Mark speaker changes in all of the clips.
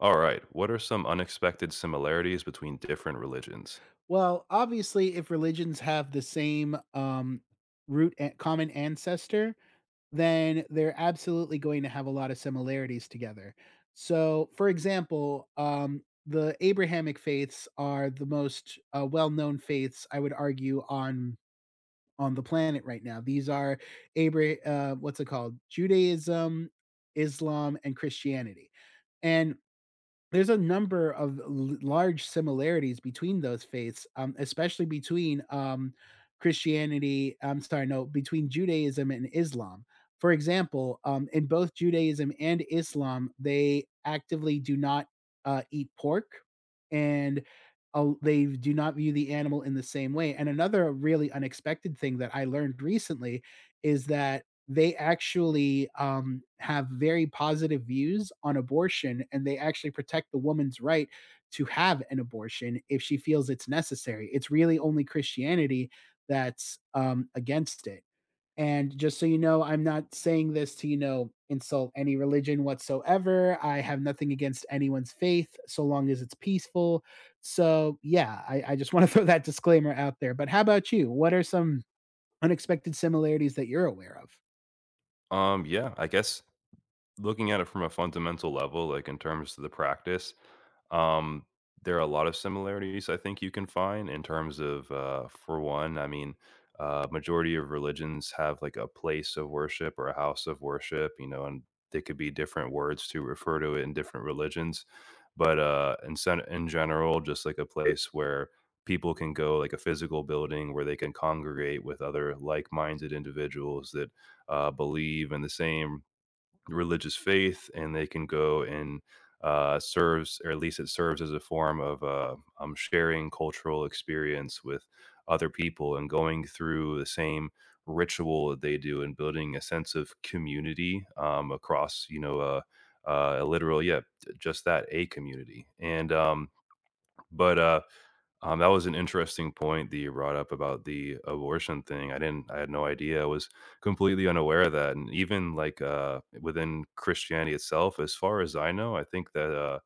Speaker 1: All right. What are some unexpected similarities between different religions?
Speaker 2: Well, obviously, if religions have the same root and common ancestor, then they're absolutely going to have a lot of similarities together. So, for example, the Abrahamic faiths are the most well-known faiths, I would argue, on the planet right now. These are what's it called? Judaism, Islam, and Christianity. And there's a number of l large similarities between those faiths, especially between, Christianity I'm sorry, no, between Judaism and Islam. For example, in both Judaism and Islam, they actively do not, eat pork, and, they do not view the animal in the same way. And another really unexpected thing that I learned recently is that they actually have very positive views on abortion, and they actually protect the woman's right to have an abortion if she feels it's necessary. It's really only Christianity that's against it. And just so you know, I'm not saying this to, insult any religion whatsoever. I have nothing against anyone's faith so long as it's peaceful. So, yeah, I just want to throw that disclaimer out there. But how about you? What are some unexpected similarities that you're aware of?
Speaker 1: Yeah, I guess looking at it from a fundamental level, like in terms of the practice, um, there are a lot of similarities I think you can find in terms of, for one, I mean, majority of religions have like a place of worship or a house of worship, you know, and they could be different words to refer to it in different religions. But in, in general, just like a place where people can go, like a physical building where they can congregate with other like minded individuals that believe in the same religious faith, and they can go and serves, or at least it serves as a form of sharing cultural experience with other people and going through the same ritual that they do and building a sense of community across, a literal, yeah, just that a community. And but That was an interesting point that you brought up about the abortion thing. I had no idea. I was completely unaware of that. And even like within Christianity itself, as far as I know, I think that uh,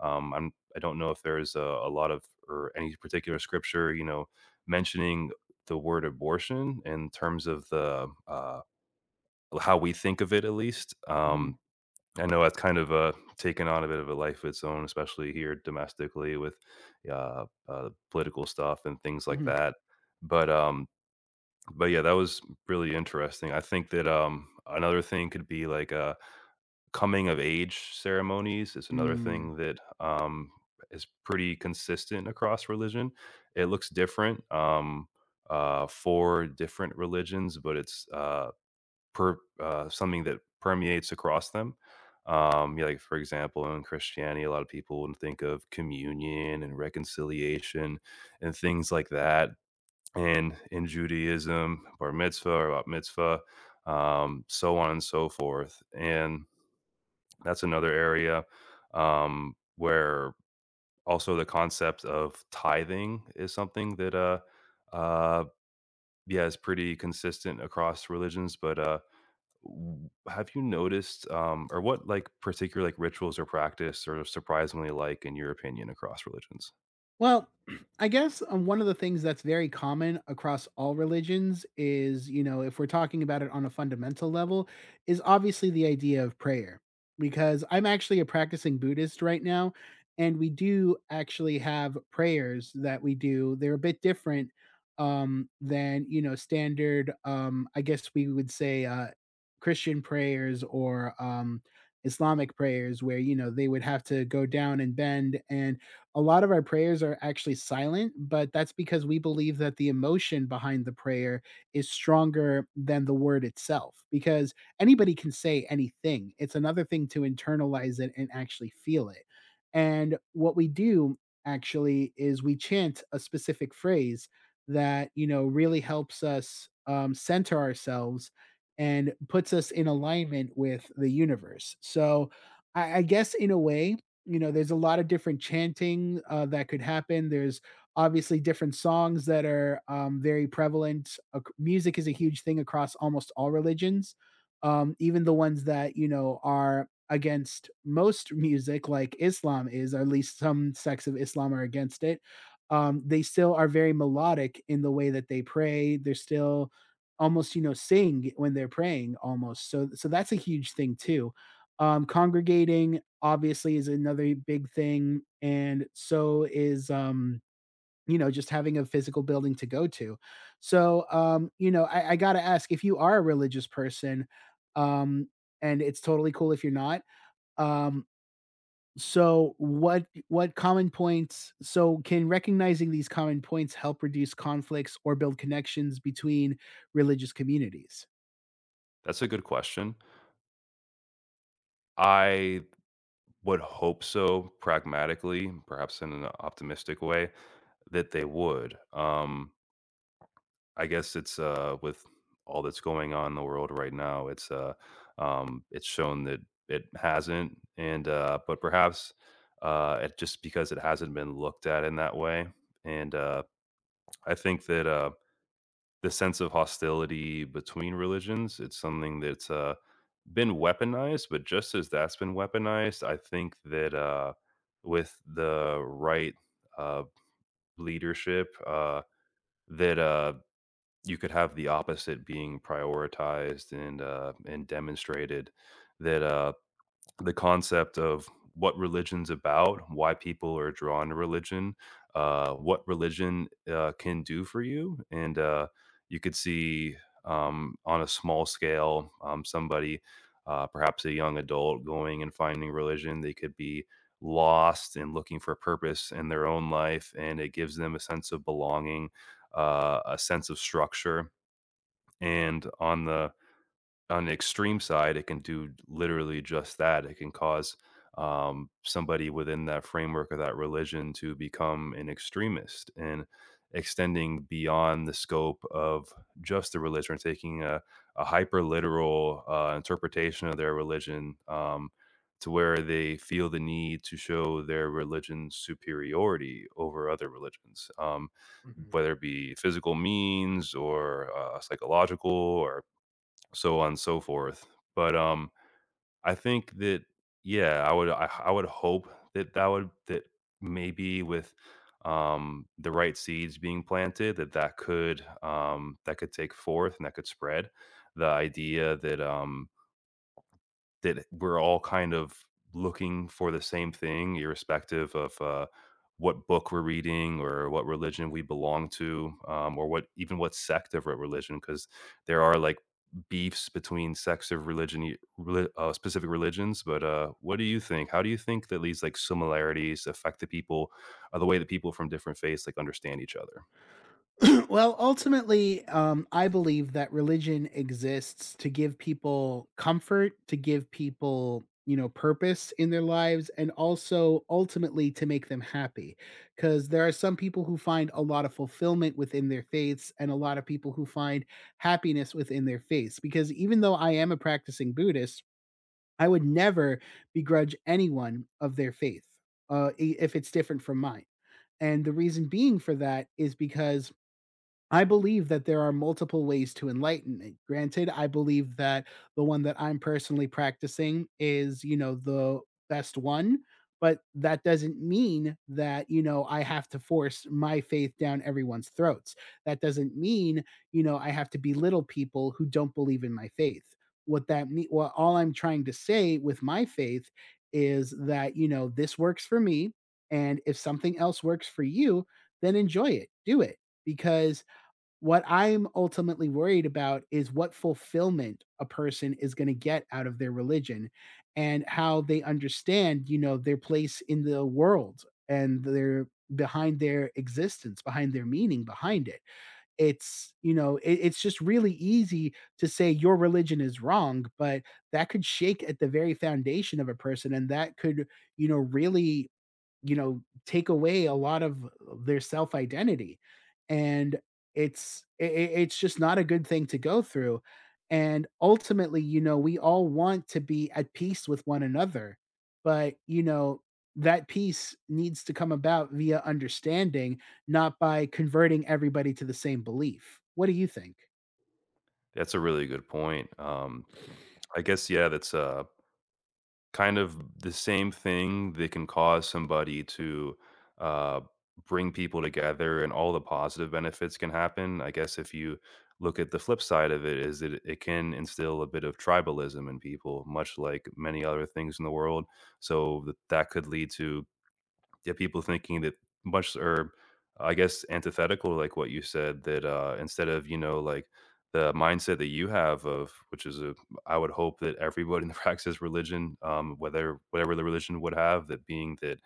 Speaker 1: um, I don't know if there is a lot of or any particular scripture, you know, mentioning the word abortion in terms of the how we think of it, at least.
Speaker 2: Mhm.
Speaker 1: I know that's kind of, taken on a bit of a life of its own, especially here domestically with, political stuff and things like
Speaker 2: Mhm.
Speaker 1: that. But, um but yeah, that was really interesting. I think that, another thing could be like, coming of age ceremonies is another
Speaker 2: Mm.
Speaker 1: thing that, is pretty consistent across religion. It looks different, for different religions, but it's, per something that permeates across them. Yeah, like for example, in Christianity, a lot of people would think of communion and reconciliation and things like that. And in Judaism, bar mitzvah or bat mitzvah, so on and so forth. And that's another area where also the concept of tithing is something that uh, yeah is pretty consistent across religions, but have you noticed or what like particular like rituals or practice are surprisingly like in your opinion across religions?
Speaker 2: Well, I guess, one of the things that's very common across all religions is, if we're talking about it on a fundamental level, is obviously the idea of prayer, because I'm actually a practicing Buddhist right now, and we do actually have prayers that we do. They're a bit different, than, standard, I guess we would say, Christian prayers or, Islamic prayers where, they would have to go down and bend, and a lot of our prayers are actually silent, but that's because we believe that the emotion behind the prayer is stronger than the word itself, because anybody can say anything. It's another thing to internalize it and actually feel it. And what we do actually is we chant a specific phrase that, really helps us center ourselves and puts us in alignment with the universe. So, I guess in a way, you know, there's a lot of different chanting that could happen. There's obviously different songs that are very prevalent. Music is a huge thing across almost all religions, even the ones that, you know, are against most music, like Islam is, or at least some sects of Islam are against it. They still are very melodic in the way that they pray. They're still almost, you know, sing when they're praying almost. So that's a huge thing too. Congregating obviously is another big thing, and so is, you know, just having a physical building to go to. So, you know, I gotta ask, if you are a religious person, um and it's totally cool if you're not. um so, what common points, can recognizing these common points help reduce conflicts or build connections between religious communities?
Speaker 1: That's a good question. I would hope so, pragmatically, perhaps, in an optimistic way, that they would. I guess it's with all that's going on in the world right now, it's shown that it hasn't. And but perhaps it just because it hasn't been looked at in that way. And I think that the sense of hostility between religions, it's something that's been weaponized, but just as that's been weaponized, I think that with the right uh, leadership, that you could have the opposite being prioritized and demonstrated. That the concept of what religion's about, why people are drawn to religion, what religion can do for you, and you could see on a small scale somebody, perhaps a young adult, going and finding religion. They could be lost and looking for purpose in their own life, and it gives them a sense of belonging, a sense of structure, and on the extreme side, it can do literally just that. It can cause somebody within that framework of that religion to become an extremist and extending beyond the scope of just the religion, taking a hyper literal interpretation of their religion, to where they feel the need to show their religion's superiority over other religions. Whether it be physical means or psychological or so on and so forth. But I think that yeah, I would I would hope that that would that maybe with the right seeds being planted that that could take forth and that could spread. The idea that that we're all kind of looking for the same thing, irrespective of what book we're reading or what religion we belong to, or what even what sect of a religion, because there are like beefs between sects of religion, specific religions. But what do you think? How do you think that these like similarities affect the people, or the way that people from different faiths like understand each other?
Speaker 2: Well, ultimately, I believe that religion exists to give people comfort, to give people, purpose in their lives, and also ultimately to make them happy. Because there are some people who find a lot of fulfillment within their faiths, and a lot of people who find happiness within their faiths. Because even though I am a practicing Buddhist, I would never begrudge anyone of their faith if it's different from mine. And the reason being for that is because I believe that there are multiple ways to enlightenment. Granted, I believe that the one that I'm personally practicing is, the best one, but that doesn't mean that, I have to force my faith down everyone's throats. That doesn't mean, I have to belittle people who don't believe in my faith. What that mean well, all I'm trying to say with my faith is that, this works for me. And if something else works for you, then enjoy it. Do it. Because what I'm ultimately worried about is what fulfillment a person is going to get out of their religion, and how they understand, their place in the world, and their behind their existence, behind their meaning, behind it. It's, you know, it's just really easy to say your religion is wrong, but that could shake at the very foundation of a person, and that could, you know, really, you know, take away a lot of their self identity. And it's just not a good thing to go through. And ultimately, you know, we all want to be at peace with one another, but, you know, that peace needs to come about via understanding, not by converting everybody to the same belief. What do you think?
Speaker 1: That's a really good point. I guess yeah, that's kind of the same thing that can cause somebody to, uh, bring people together and all the positive benefits can happen. I guess if you look at the flip side of it is that it can instill a bit of tribalism in people, much like many other things in the world. So th that could lead to yeah, people thinking that much, or I guess antithetical, like what you said, that instead of, you know, like the mindset that you have, of which is a, I would hope that everybody that practices religion, whether whatever the religion would have, that being that,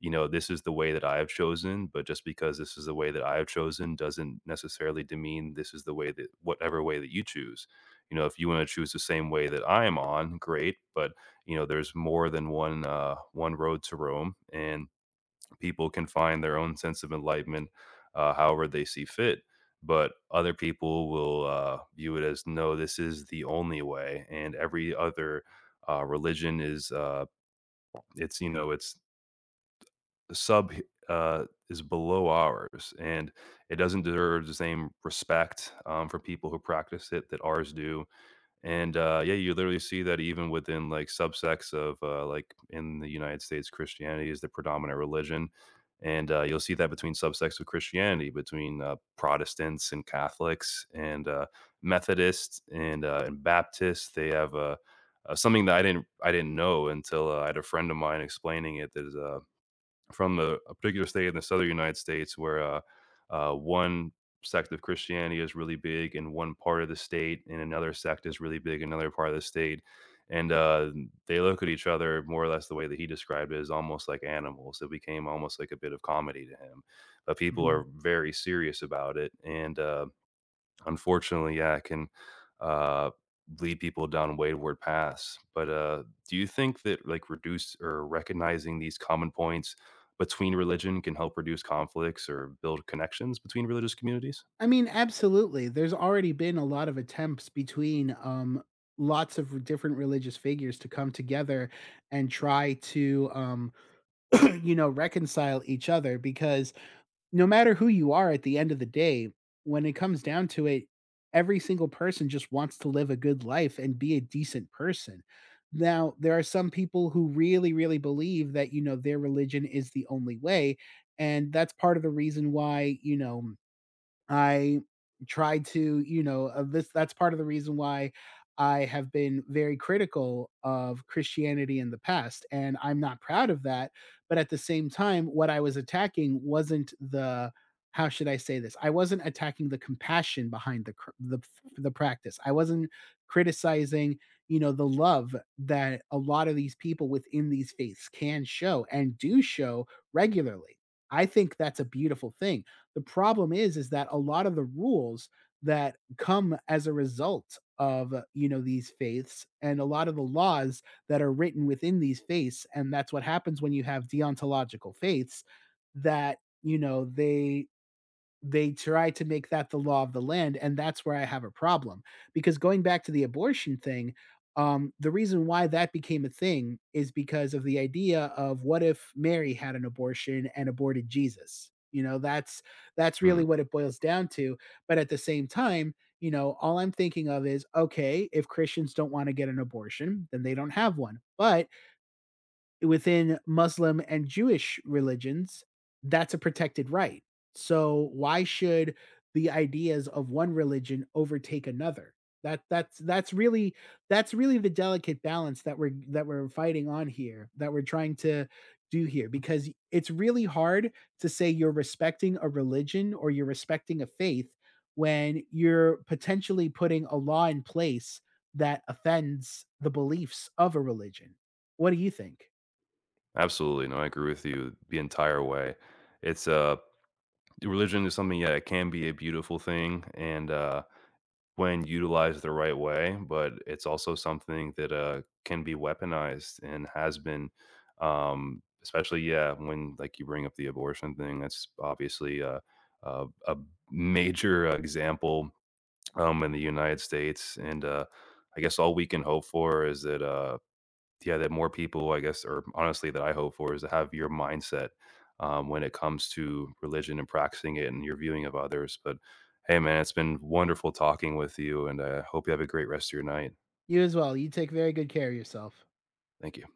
Speaker 1: you know, this is the way that I have chosen, but just because this is the way that I have chosen doesn't necessarily demean this is the way that whatever way that you choose. You know, if you want to choose the same way that I am on, great, but you know there's more than one road to Rome, and people can find their own sense of enlightenment however they see fit, but other people will view it as no, this is the only way, and every other religion is it's, you know, it's sub is below ours, and it doesn't deserve the same respect for people who practice it that ours do. And, yeah, you literally see that even within, like, subsects of, like, in the United States, Christianity is the predominant religion, and, you'll see that between subsects of Christianity, between, Protestants and Catholics and, Methodists and Baptists. They have, something that I didn't know until, I had a friend of mine explaining it. That is, a from a particular state in the southern United States, where one sect of Christianity is really big in one part of the state, and another sect is really big in another part of the state. And they look at each other more or less the way that he described it, as almost like animals. It became almost like a bit of comedy to him. But people are very serious about it. And unfortunately, yeah, it can uh, lead people down wayward paths. But do you think that like reduce or recognizing these common points between religion can help reduce conflicts or build connections between religious communities?
Speaker 2: I mean, absolutely. There's already been a lot of attempts between lots of different religious figures to come together and try to, you know, reconcile each other, because no matter who you are at the end of the day, when it comes down to it, every single person just wants to live a good life and be a decent person. Now, there are some people who really, really believe that, you know, their religion is the only way. And that's part of the reason why, you know, I try to, you know, this that's part of the reason why I have been very critical of Christianity in the past, and I'm not proud of that. But at the same time, what I was attacking wasn't the how should I say this? I wasn't attacking the compassion behind the the practice. I wasn't criticizing, the love that a lot of these people within these faiths can show and do show regularly. I think that's a beautiful thing. The problem is that a lot of the rules that come as a result of, you know, these faiths, and a lot of the laws that are written within these faiths, and that's what happens when you have deontological faiths that, they try to make that the law of the land, and that's where I have a problem. Because going back to the abortion thing, the reason why that became a thing is because of the idea of what if Mary had an abortion and aborted Jesus? You know, that's
Speaker 1: Hmm.
Speaker 2: really what it boils down to. But at the same time, you know, all I'm thinking of is, okay, if Christians don't want to get an abortion, then they don't have one. But within Muslim and Jewish religions, that's a protected right. So why should the ideas of one religion overtake another? That's really that's really the delicate balance that we're fighting on here, that we're trying to do here, because it's really hard to say you're respecting a religion or you're respecting a faith when you're potentially putting a law in place that offends the beliefs of a religion. What do you think?
Speaker 1: Absolutely. No, I agree with you the entire way. It's religion is something, yeah, it can be a beautiful thing. And when utilized the right way, but it's also something that, can be weaponized and has been, especially, yeah, when, like, you bring up the abortion thing, that's obviously a major example, in the United States, and, I guess all we can hope for is that, yeah, that more people, I guess, or honestly, that I hope for is to have your mindset when it comes to religion and practicing it and your viewing of others. But hey, man, it's been wonderful talking with you, and I hope you have a great rest of your night.
Speaker 2: You as well. You take very good care of yourself.
Speaker 1: Thank you.